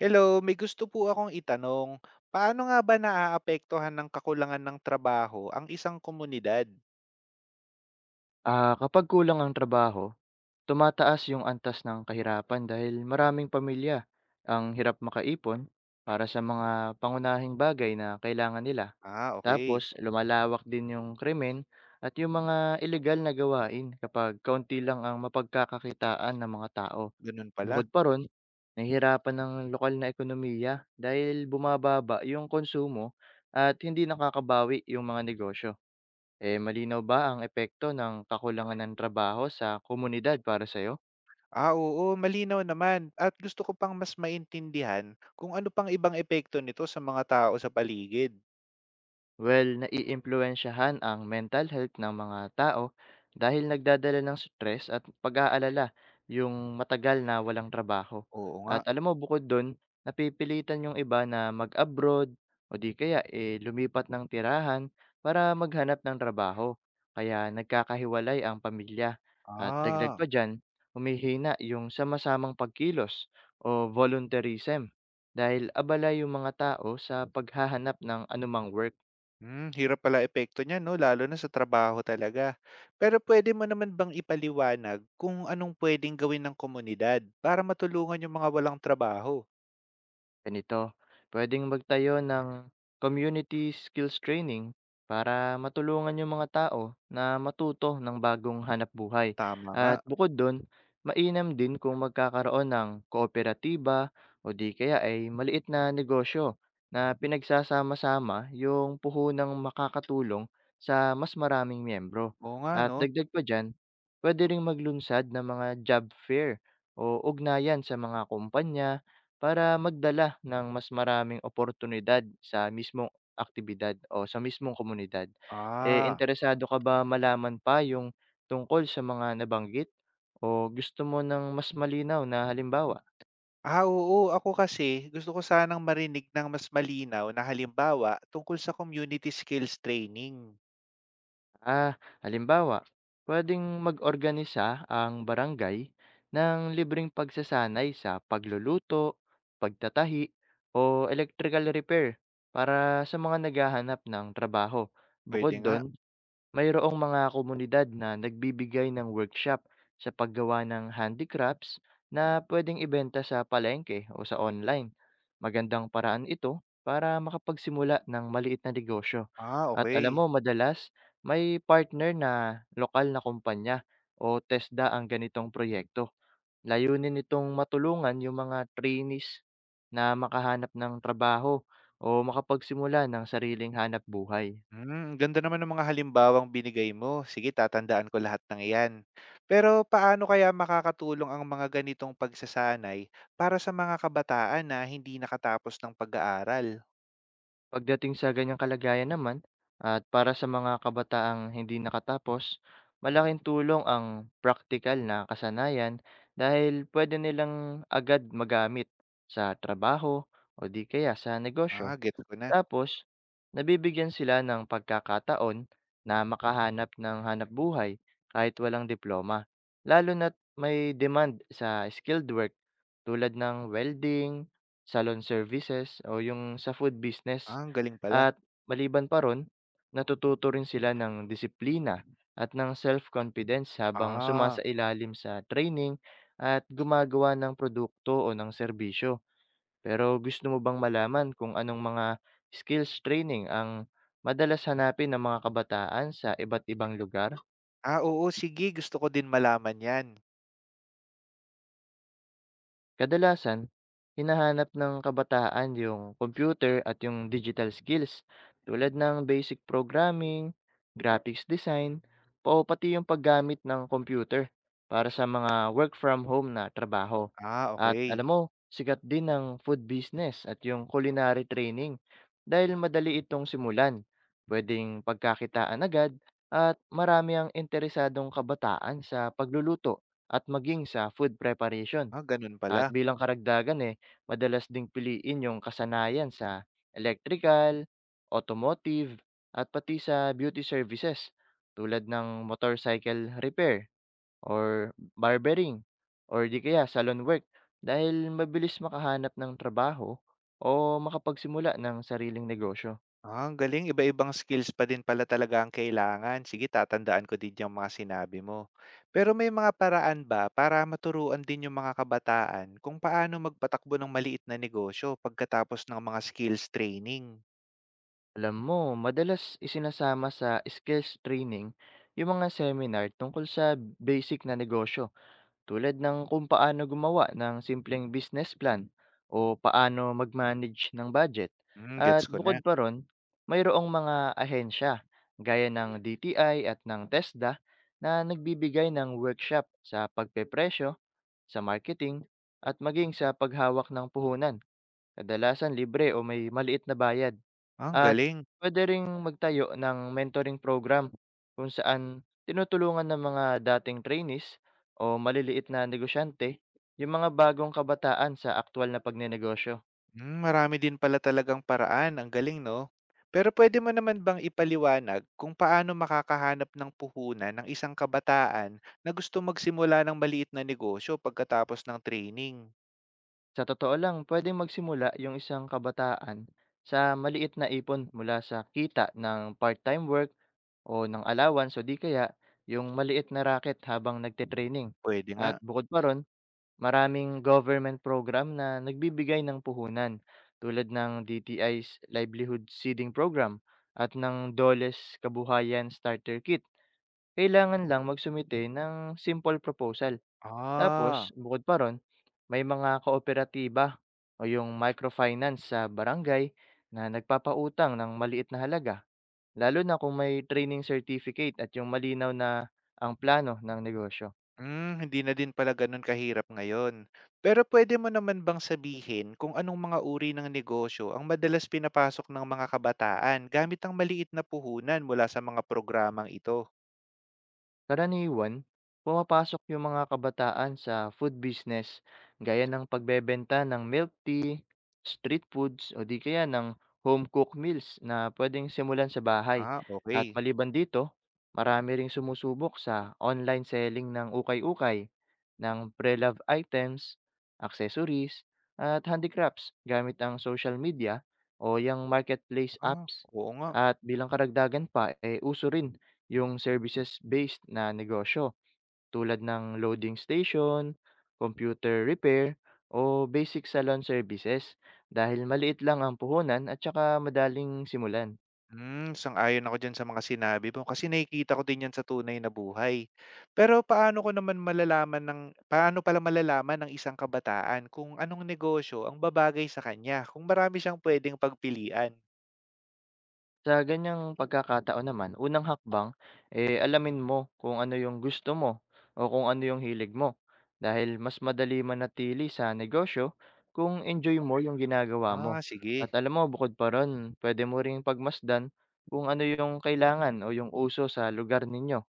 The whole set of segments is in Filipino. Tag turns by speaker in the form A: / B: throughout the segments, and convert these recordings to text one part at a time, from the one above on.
A: Hello, may gusto po akong itanong. Paano nga ba naaapektuhan ng kakulangan ng trabaho ang isang komunidad?
B: Kapag kulang ang trabaho, tumataas yung antas ng kahirapan dahil maraming pamilya ang hirap makaipon para sa mga pangunahing bagay na kailangan nila.
A: Ah, okay.
B: Tapos, lumalawak din yung krimen at yung mga ilegal na gawain kapag kaunti lang ang mapagkakakitaan ng mga tao.
A: Ganun pala.
B: Bukod pa ron, nahihirapan ng lokal na ekonomiya dahil bumababa yung konsumo at hindi nakakabawi yung mga negosyo. Eh, malinaw ba ang epekto ng kakulangan ng trabaho sa komunidad para sa'yo?
A: Ah, oo, malinaw naman. At gusto ko pang mas maintindihan kung ano pang ibang epekto nito sa mga tao sa paligid.
B: Well, naiimpluwensyahan ang mental health ng mga tao dahil nagdadala ng stress at pag-aalala yung matagal na walang trabaho.
A: Oo nga.
B: At alam mo, bukod dun, napipilitan yung iba na mag-abroad o di kaya eh, lumipat ng tirahan para maghanap ng trabaho. Kaya nagkakahiwalay ang pamilya. At dagdag
A: Ah,
B: pa dyan, humihina yung sama-samang pagkilos o volunteerism dahil abala yung mga tao sa paghahanap ng anumang work.
A: hmm, hirap pala epekto niya, no? Lalo na sa trabaho talaga. Pero pwede mo naman bang ipaliwanag kung anong pwedeng gawin ng komunidad para matulungan yung mga walang trabaho?
B: Ganito, pwedeng magtayo ng community skills training para matulungan yung mga tao na matuto ng bagong hanap buhay.
A: Tama nga.
B: At bukod doon, mainam din kung magkakaroon ng kooperatiba o di kaya ay maliit na negosyo na pinagsasama-sama yung puhunang makakatulong sa mas maraming miyembro.
A: Oo nga,
B: At
A: no?
B: dagdag pa dyan, pwede ring maglunsad ng mga job fair o ugnayan sa mga kumpanya para magdala ng mas maraming oportunidad sa mismong aktibidad o sa mismong komunidad. Eh,
A: Ah.
B: interesado ka ba malaman pa yung tungkol sa mga nabanggit o gusto mo ng mas malinaw na halimbawa?
A: Ah, oo. Ako kasi gusto ko sanang marinig ng mas malinaw na halimbawa tungkol sa community skills training.
B: Ah, halimbawa, pwedeng mag-organisa ang barangay ng libreng pagsasanay sa pagluluto, pagtatahi, o electrical repair para sa mga naghahanap ng trabaho.
A: Pwede
B: Bukod
A: nga.
B: doon, mayroong mga komunidad na nagbibigay ng workshop sa paggawa ng handicrafts na pwedeng ibenta sa palengke o sa online. Magandang paraan ito para makapagsimula ng maliit na negosyo.
A: Ah,
B: At alam
A: okay.
B: mo, madalas may partner na lokal na kumpanya o TESDA ang ganitong proyekto. Layunin itong matulungan yung mga trainees na makahanap ng trabaho o makapagsimula ng sariling hanap buhay.
A: Hmm, ganda naman ng mga halimbawang binigay mo. Sige, tatandaan ko lahat ng iyan. Pero paano kaya makakatulong ang mga ganitong pagsasanay para sa mga kabataan na hindi nakatapos ng pag-aaral?
B: Pagdating sa ganyang kalagayan naman at para sa mga kabataang hindi nakatapos, malaking tulong ang praktikal na kasanayan dahil pwede nilang agad magamit sa trabaho o di kaya sa
A: Ah,
B: negosyo.
A: get ko na.
B: Tapos, nabibigyan sila ng pagkakataon na makahanap ng hanap buhay kahit walang diploma, lalo na't may demand sa skilled work tulad ng welding, salon services o yung sa food
A: Ah,
B: business.
A: ang galing pala.
B: At maliban pa ron, natututo rin sila ng disiplina at ng self-confidence habang
A: Ah,
B: sumasailalim sa training at gumagawa ng produkto o ng serbisyo. Pero gusto mo bang malaman kung anong mga skills training ang madalas hanapin ng mga kabataan sa iba't ibang lugar?
A: ah, oo, sige. Gusto ko din malaman yan.
B: Kadalasan, hinahanap ng kabataan yung computer at yung digital skills tulad ng basic programming, graphics design, o pati yung paggamit ng computer para sa mga work from home na trabaho.
A: Ah,
B: At alam
A: okay.
B: mo, sikat din ang food business at yung culinary training dahil madali itong simulan. Pwedeng pagkakitaan agad at marami ang interesadong kabataan sa pagluluto at maging sa food preparation.
A: Ah, ganun
B: At
A: pala.
B: bilang karagdagan, madalas ding piliin yung kasanayan sa electrical, automotive, at pati sa beauty services tulad ng motorcycle repair or barbering or di kaya salon work dahil mabilis makahanap ng trabaho o makapagsimula ng sariling negosyo.
A: Ah, ang galing. Iba-ibang skills pa din pala talaga ang kailangan. Sige, tatandaan ko din yung mga sinabi mo. Pero may mga paraan ba para maturuan din yung mga kabataan kung paano magpatakbo ng maliit na negosyo pagkatapos ng mga skills training?
B: Alam mo, madalas isinasama sa skills training yung mga seminar tungkol sa basic na negosyo, tulad ng kung paano gumawa ng simpleng business plan o paano mag-manage ng budget.
A: Hmm,
B: At
A: gets ko na.
B: bukod pa ron, mayroong mga ahensya gaya ng DTI at ng TESDA na nagbibigay ng workshop sa pagpepresyo, sa marketing, at maging sa paghawak ng puhunan, kadalasan libre o may maliit na bayad.
A: Ah, ang
B: At
A: galing.
B: puwede ring magtayo ng mentoring program kung saan tinutulungan ng mga dating trainees o maliliit na negosyante yung mga bagong kabataan sa aktual na pagnenegosyo.
A: Hmm, marami din pala talagang paraan. Ang galing, no? Pero pwede mo naman bang ipaliwanag kung paano makakahanap ng puhunan ng isang kabataan na gusto magsimula ng maliit na negosyo pagkatapos ng training?
B: Sa totoo lang, pwedeng magsimula yung isang kabataan sa maliit na ipon mula sa kita ng part-time work o ng allowance o di kaya yung maliit na racket habang nagte-training.
A: Pwede nga.
B: At bukod pa ron, maraming government program na nagbibigay ng puhunan tulad ng DTI's Livelihood Seeding Program at ng DOLE's Kabuhayan Starter Kit. Kailangan lang magsumite ng simple proposal. Tapos,
A: Ah,
B: bukod pa ron, may mga kooperatiba o yung microfinance sa barangay na nagpapautang ng maliit na halaga, lalo na kung may training certificate at yung malinaw na ang plano ng negosyo.
A: hmm, hindi na din pala ganun kahirap ngayon. Pero pwede mo naman bang sabihin kung anong mga uri ng negosyo ang madalas pinapasok ng mga kabataan gamit ang maliit na puhunan mula sa mga programang ito?
B: Karaniwan, pumapasok yung mga kabataan sa food business gaya ng pagbebenta ng milk tea, street foods o di kaya ng home cooked meals na pwedeng simulan sa bahay.
A: Ah,
B: At
A: okay.
B: maliban dito, marami ring sumusubok sa online selling ng ukay-ukay, ng pre-love items, accessories, at handicrafts gamit ang social media o yung marketplace
A: Ah,
B: apps.
A: oo nga.
B: At bilang karagdagan pa, uso rin yung services-based na negosyo tulad ng loading station, computer repair, o basic salon services dahil maliit lang ang puhunan at saka madaling simulan.
A: Hmm, sang-ayon ako diyan sa mga sinabi mo kasi nakikita ko din 'yan sa tunay na buhay. Pero paano pala malalaman ng isang kabataan kung anong negosyo ang babagay sa kanya kung marami siyang puwedeng pagpilian?
B: Sa ganiyang pagkakataon naman, unang hakbang, alamin mo kung ano yung gusto mo o kung ano yung hilig mo. Dahil mas madali manatili sa negosyo kung enjoy mo yung ginagawa mo.
A: Ah,
B: At
A: sige.
B: alam mo, bukod pa ron, pwede mo ring pagmasdan kung ano yung kailangan o yung uso sa lugar ninyo.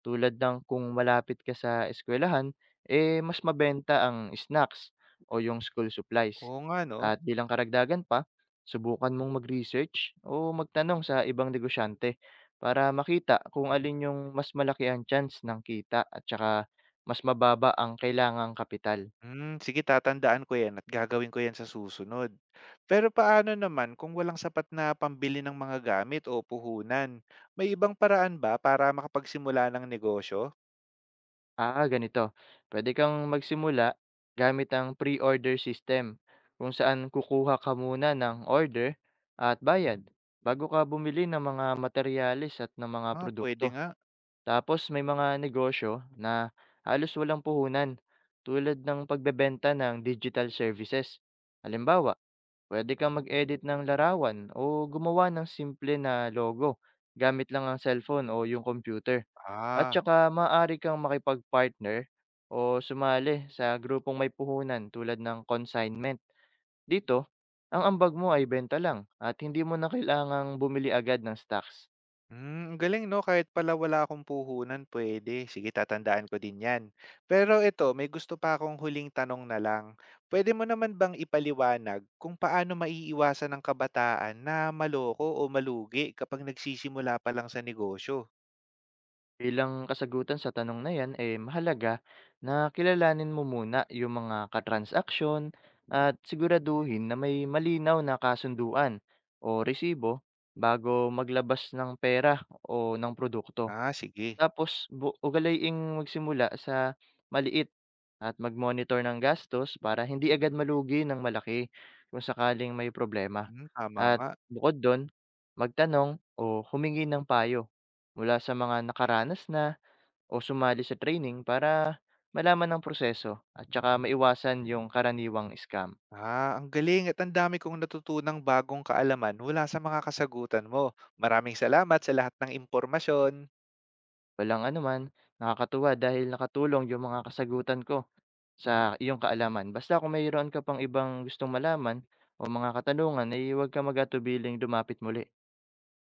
B: Tulad ng kung malapit ka sa eskwelahan, mas mabenta ang snacks o yung school supplies.
A: Oo nga 'no.
B: At bilang karagdagan pa, subukan mong mag-research o magtanong sa ibang negosyante para makita kung alin yung mas malaki ang chance ng kita at saka mas mababa ang kailangang kapital.
A: Hmm, sige tatandaan ko 'yan at gagawin ko 'yan sa susunod. Pero paano naman kung walang sapat na pambili ng mga gamit o puhunan? May ibang paraan ba para makapagsimula ng negosyo?
B: Ah, ganito, pwede kang magsimula gamit ang pre-order system kung saan kukuha ka muna ng order at bayad bago ka bumili ng mga materyales at ng mga
A: Ah, pwede
B: produkto.
A: nga.
B: Tapos may mga negosyo na halos walang puhunan tulad ng pagbebenta ng digital services. Halimbawa, pwede kang mag-edit ng larawan o gumawa ng simple na logo gamit lang ang cellphone o yung computer. At
A: Ah.
B: saka maaari kang makipag-partner o sumali sa grupong may puhunan tulad ng consignment. Dito, ang ambag mo ay benta lang at hindi mo na kailangang bumili agad ng stocks.
A: Hmm, ang galing 'no, kahit pala wala akong puhunan puwede. Sige tatandaan ko din 'yan. Pero ito, may gusto pa akong huling tanong na lang. Pwede mo naman bang ipaliwanag kung paano maiiwasan ng kabataan na maloko o malugi kapag nagsisimula pa lang sa negosyo?
B: Bilang kasagutan sa tanong na yan, mahalaga na kilalanin mo muna yung mga katransaksyon at siguraduhin na may malinaw na kasunduan o resibo bago maglabas ng pera o ng produkto.
A: Ah, sige.
B: Tapos bu ugalayiing magsimula sa maliit at mag-monitor ng gastos para hindi agad malugi ng malaki kung sakaling may problema.
A: Hmm, tama
B: At
A: nga.
B: bukod do'n, magtanong o humingi ng payo mula sa mga nakaranas na o sumali sa training para malaman ang proseso at tsaka maiwasan yung karaniwang scam.
A: Ah, ang galing at ang dami kong natutunang bagong kaalaman mula sa mga kasagutan mo. Maraming salamat sa lahat ng impormasyon.
B: Walang anuman, nakakatuwa dahil nakatulong yung mga kasagutan ko. Sa iyong kaalaman, basta kung mayroon ka pang ibang gustong malaman o mga katanungan ay huwag ka magatubiling dumapit lumapit muli.